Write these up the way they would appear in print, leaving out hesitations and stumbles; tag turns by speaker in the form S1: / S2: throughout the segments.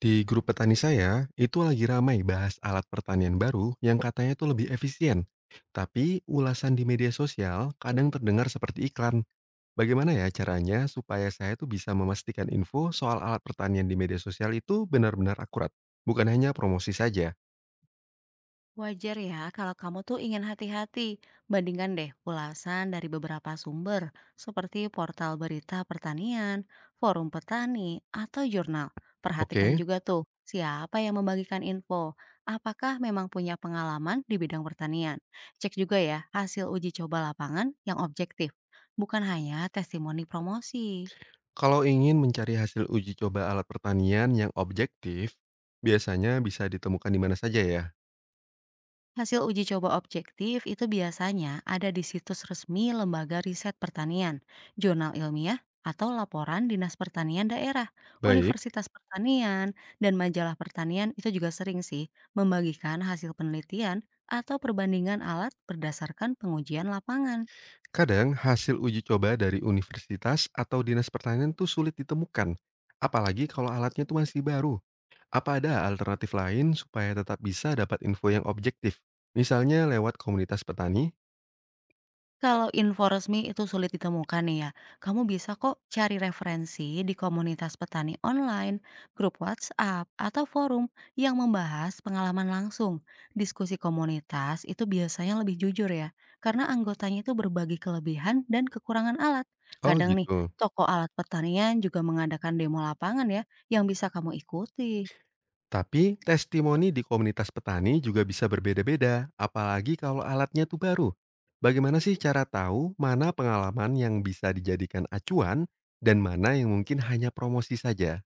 S1: Di grup petani saya, itu lagi ramai bahas alat pertanian baru yang katanya itu lebih efisien. Tapi ulasan di media sosial kadang terdengar seperti iklan. Bagaimana ya caranya supaya saya tuh bisa memastikan info soal alat pertanian di media sosial itu benar-benar akurat, bukan hanya promosi saja.
S2: Wajar ya kalau kamu tuh ingin hati-hati. Bandingkan deh ulasan dari beberapa sumber seperti portal berita pertanian, forum petani, atau jurnal. Perhatikan
S1: Oke,
S2: juga tuh siapa yang membagikan info. Apakah memang punya pengalaman di bidang pertanian? Cek juga ya hasil uji coba lapangan yang objektif, bukan hanya testimoni promosi.
S1: kalau ingin mencari hasil uji coba alat pertanian yang objektif, biasanya bisa ditemukan di mana saja ya.
S2: Hasil uji coba objektif itu biasanya ada di situs resmi Lembaga Riset Pertanian, jurnal ilmiah, atau laporan Dinas Pertanian Daerah,
S1: Baik.
S2: Universitas Pertanian, dan majalah pertanian itu juga sering sih membagikan hasil penelitian atau perbandingan alat berdasarkan pengujian lapangan.
S1: Kadang hasil uji coba dari universitas atau dinas pertanian tuh sulit ditemukan, apalagi kalau alatnya tuh masih baru. Apa ada alternatif lain supaya tetap bisa dapat info yang objektif? Misalnya lewat komunitas petani?
S2: Kalau info resmi itu sulit ditemukan nih ya, kamu bisa kok cari referensi di komunitas petani online, grup WhatsApp, atau forum yang membahas pengalaman langsung. Diskusi komunitas itu biasanya lebih jujur ya, karena anggotanya itu berbagi kelebihan dan kekurangan alat.
S1: Oh
S2: Kadang nih,
S1: gitu.
S2: toko alat pertanian juga mengadakan demo lapangan ya, yang bisa kamu ikuti.
S1: Tapi testimoni di komunitas petani juga bisa berbeda-beda, apalagi kalau alatnya tuh baru. Bagaimana sih cara tahu mana pengalaman yang bisa dijadikan acuan dan mana yang mungkin hanya promosi saja?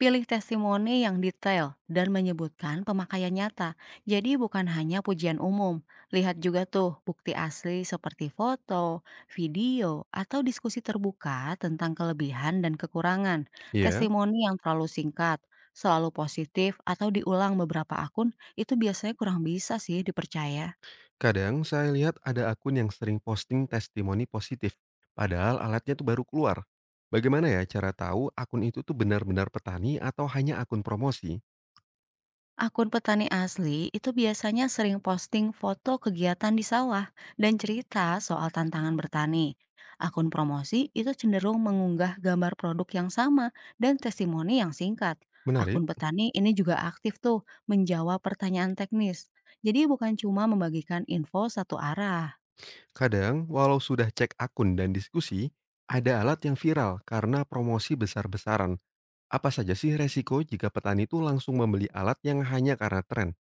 S2: Pilih testimoni yang detail dan menyebutkan pemakaian nyata, jadi bukan hanya pujian umum. Lihat juga tuh bukti asli seperti foto, video, atau diskusi terbuka tentang kelebihan dan kekurangan.
S1: Iya.
S2: Testimoni yang terlalu singkat, selalu positif, atau diulang beberapa akun itu biasanya kurang bisa sih dipercaya.
S1: Kadang saya lihat ada akun yang sering posting testimoni positif, padahal alatnya tuh baru keluar. Bagaimana ya cara tahu akun itu tuh benar-benar petani atau hanya akun promosi?
S2: Akun petani asli itu biasanya sering posting foto kegiatan di sawah dan cerita soal tantangan bertani. Akun promosi itu cenderung mengunggah gambar produk yang sama dan testimoni yang singkat.
S1: Menarik,
S2: Akun petani ini juga aktif tuh menjawab pertanyaan teknis. Jadi bukan cuma membagikan info satu arah.
S1: kadang walau sudah cek akun dan diskusi, ada alat yang viral karena promosi besar-besaran. Apa saja sih resiko jika petani itu langsung membeli alat yang hanya karena tren?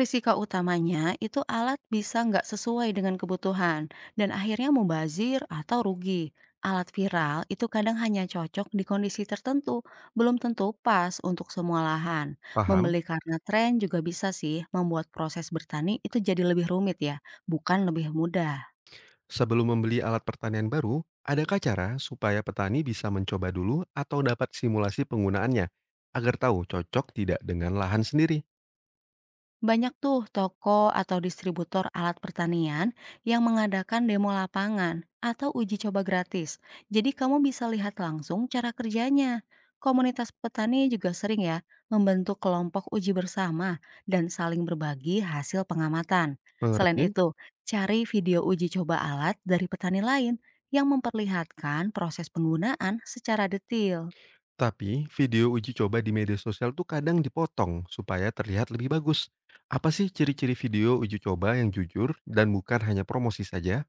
S2: Risiko utamanya itu alat bisa nggak sesuai dengan kebutuhan dan akhirnya mubazir atau rugi. Alat viral itu kadang hanya cocok di kondisi tertentu, belum tentu pas untuk semua lahan.
S1: Paham?
S2: Membeli karena tren juga bisa sih membuat proses bertani itu jadi lebih rumit ya, bukan lebih mudah.
S1: Sebelum membeli alat pertanian baru, adakah cara supaya petani bisa mencoba dulu atau dapat simulasi penggunaannya agar tahu cocok tidak dengan lahan sendiri?
S2: Banyak tuh toko atau distributor alat pertanian yang mengadakan demo lapangan atau uji coba gratis. Jadi kamu bisa lihat langsung cara kerjanya. Komunitas petani juga sering ya membentuk kelompok uji bersama dan saling berbagi hasil pengamatan. Selain
S1: Mengerti?
S2: itu, cari video uji coba alat dari petani lain yang memperlihatkan proses penggunaan secara detil.
S1: Tapi video uji coba di media sosial tuh kadang dipotong supaya terlihat lebih bagus. Apa sih ciri-ciri video uji coba yang jujur dan bukan hanya promosi saja?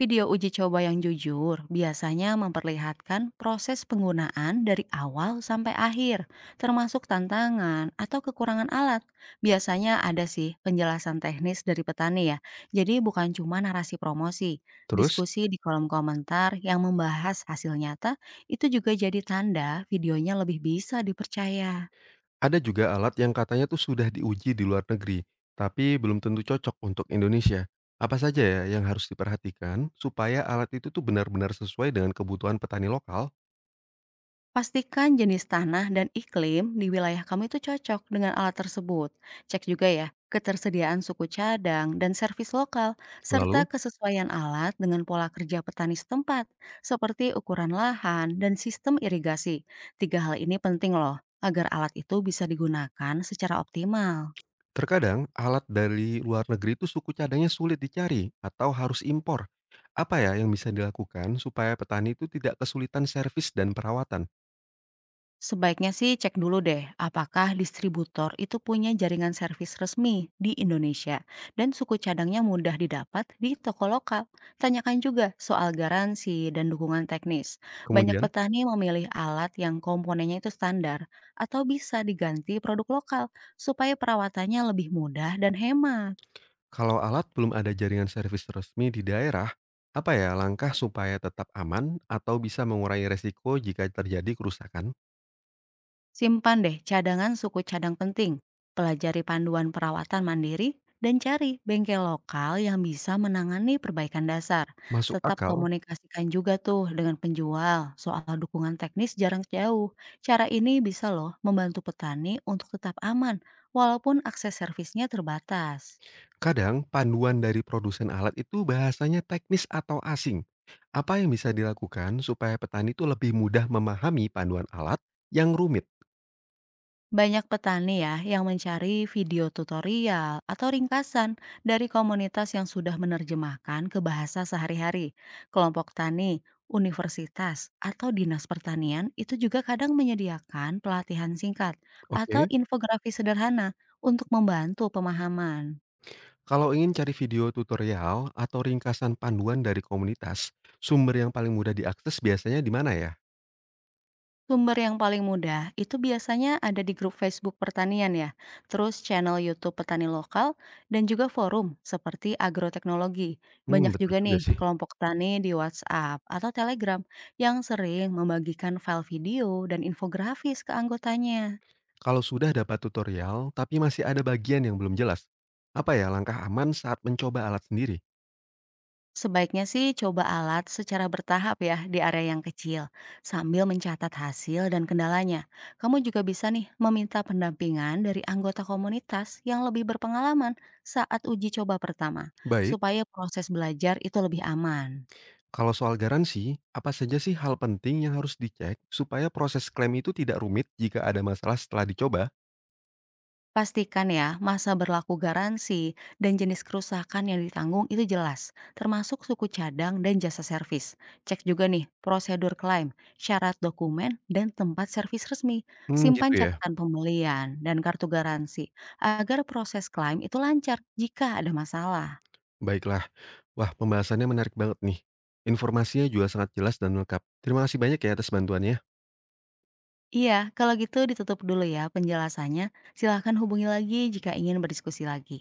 S2: Video uji coba yang jujur biasanya memperlihatkan proses penggunaan dari awal sampai akhir, termasuk tantangan atau kekurangan alat. Biasanya ada sih penjelasan teknis dari petani ya. Jadi bukan cuma narasi promosi.
S1: Terus,
S2: Diskusi di kolom komentar yang membahas hasil nyata itu juga jadi tanda videonya lebih bisa dipercaya.
S1: ada juga alat yang katanya tuh sudah diuji di luar negeri, tapi belum tentu cocok untuk Indonesia. Apa saja ya yang harus diperhatikan supaya alat itu tuh benar-benar sesuai dengan kebutuhan petani lokal?
S2: Pastikan jenis tanah dan iklim di wilayah kamu itu cocok dengan alat tersebut. Cek juga ya ketersediaan suku cadang dan servis lokal, serta
S1: Lalu,
S2: kesesuaian alat dengan pola kerja petani setempat, seperti ukuran lahan dan sistem irigasi. 3 hal ini penting loh, agar alat itu bisa digunakan secara optimal.
S1: terkadang alat dari luar negeri itu suku cadangnya sulit dicari atau harus impor. Apa ya yang bisa dilakukan supaya petani itu tidak kesulitan servis dan perawatan?
S2: Sebaiknya sih cek dulu deh, apakah distributor itu punya jaringan servis resmi di Indonesia dan suku cadangnya mudah didapat di toko lokal. Tanyakan juga soal garansi dan dukungan teknis. Banyak
S1: Kemudian,
S2: petani memilih alat yang komponennya itu standar atau bisa diganti produk lokal supaya perawatannya lebih mudah dan hemat.
S1: kalau alat belum ada jaringan servis resmi di daerah, apa ya langkah supaya tetap aman atau bisa mengurangi resiko jika terjadi kerusakan?
S2: Simpan deh cadangan suku cadang penting, pelajari panduan perawatan mandiri, dan cari bengkel lokal yang bisa menangani perbaikan dasar.
S1: Masuk
S2: Tetap
S1: akal,
S2: komunikasikan juga tuh dengan penjual soal dukungan teknis jarang jauh. Cara ini bisa loh membantu petani untuk tetap aman walaupun akses servisnya terbatas.
S1: kadang panduan dari produsen alat itu bahasanya teknis atau asing. Apa yang bisa dilakukan supaya petani itu lebih mudah memahami panduan alat yang rumit?
S2: Banyak petani ya yang mencari video tutorial atau ringkasan dari komunitas yang sudah menerjemahkan ke bahasa sehari-hari. Kelompok tani, universitas, atau dinas pertanian itu juga kadang menyediakan pelatihan singkat atau
S1: Oke,
S2: infografi sederhana untuk membantu pemahaman.
S1: kalau ingin cari video tutorial atau ringkasan panduan dari komunitas, sumber yang paling mudah diakses biasanya di mana ya?
S2: Sumber yang paling mudah itu biasanya ada di grup Facebook pertanian ya, terus channel YouTube petani lokal, dan juga forum seperti agroteknologi.
S1: Hmm,
S2: Banyak
S1: betul
S2: juga
S1: juga
S2: nih
S1: sih.
S2: kelompok tani di WhatsApp atau Telegram yang sering membagikan file video dan infografis ke anggotanya.
S1: Kalau sudah dapat tutorial, tapi masih ada bagian yang belum jelas, apa ya langkah aman saat mencoba alat sendiri?
S2: Sebaiknya sih coba alat secara bertahap ya di area yang kecil, sambil mencatat hasil dan kendalanya. Kamu juga bisa nih meminta pendampingan dari anggota komunitas yang lebih berpengalaman saat uji coba pertama,
S1: Baik,
S2: supaya proses belajar itu lebih aman.
S1: kalau soal garansi, apa saja sih hal penting yang harus dicek supaya proses klaim itu tidak rumit jika ada masalah setelah dicoba?
S2: Pastikan ya, masa berlaku garansi dan jenis kerusakan yang ditanggung itu jelas, termasuk suku cadang dan jasa servis. Cek juga nih prosedur klaim, syarat dokumen, dan tempat servis resmi.
S1: Hmm,
S2: Simpan
S1: gitu ya.
S2: catatan pembelian dan kartu garansi agar proses klaim itu lancar jika ada masalah.
S1: Baiklah. Wah, pembahasannya menarik banget nih. Informasinya juga sangat jelas dan lengkap. Terima kasih banyak ya atas bantuannya.
S2: Iya, kalau gitu ditutup dulu ya penjelasannya. Silahkan hubungi lagi jika ingin berdiskusi lagi.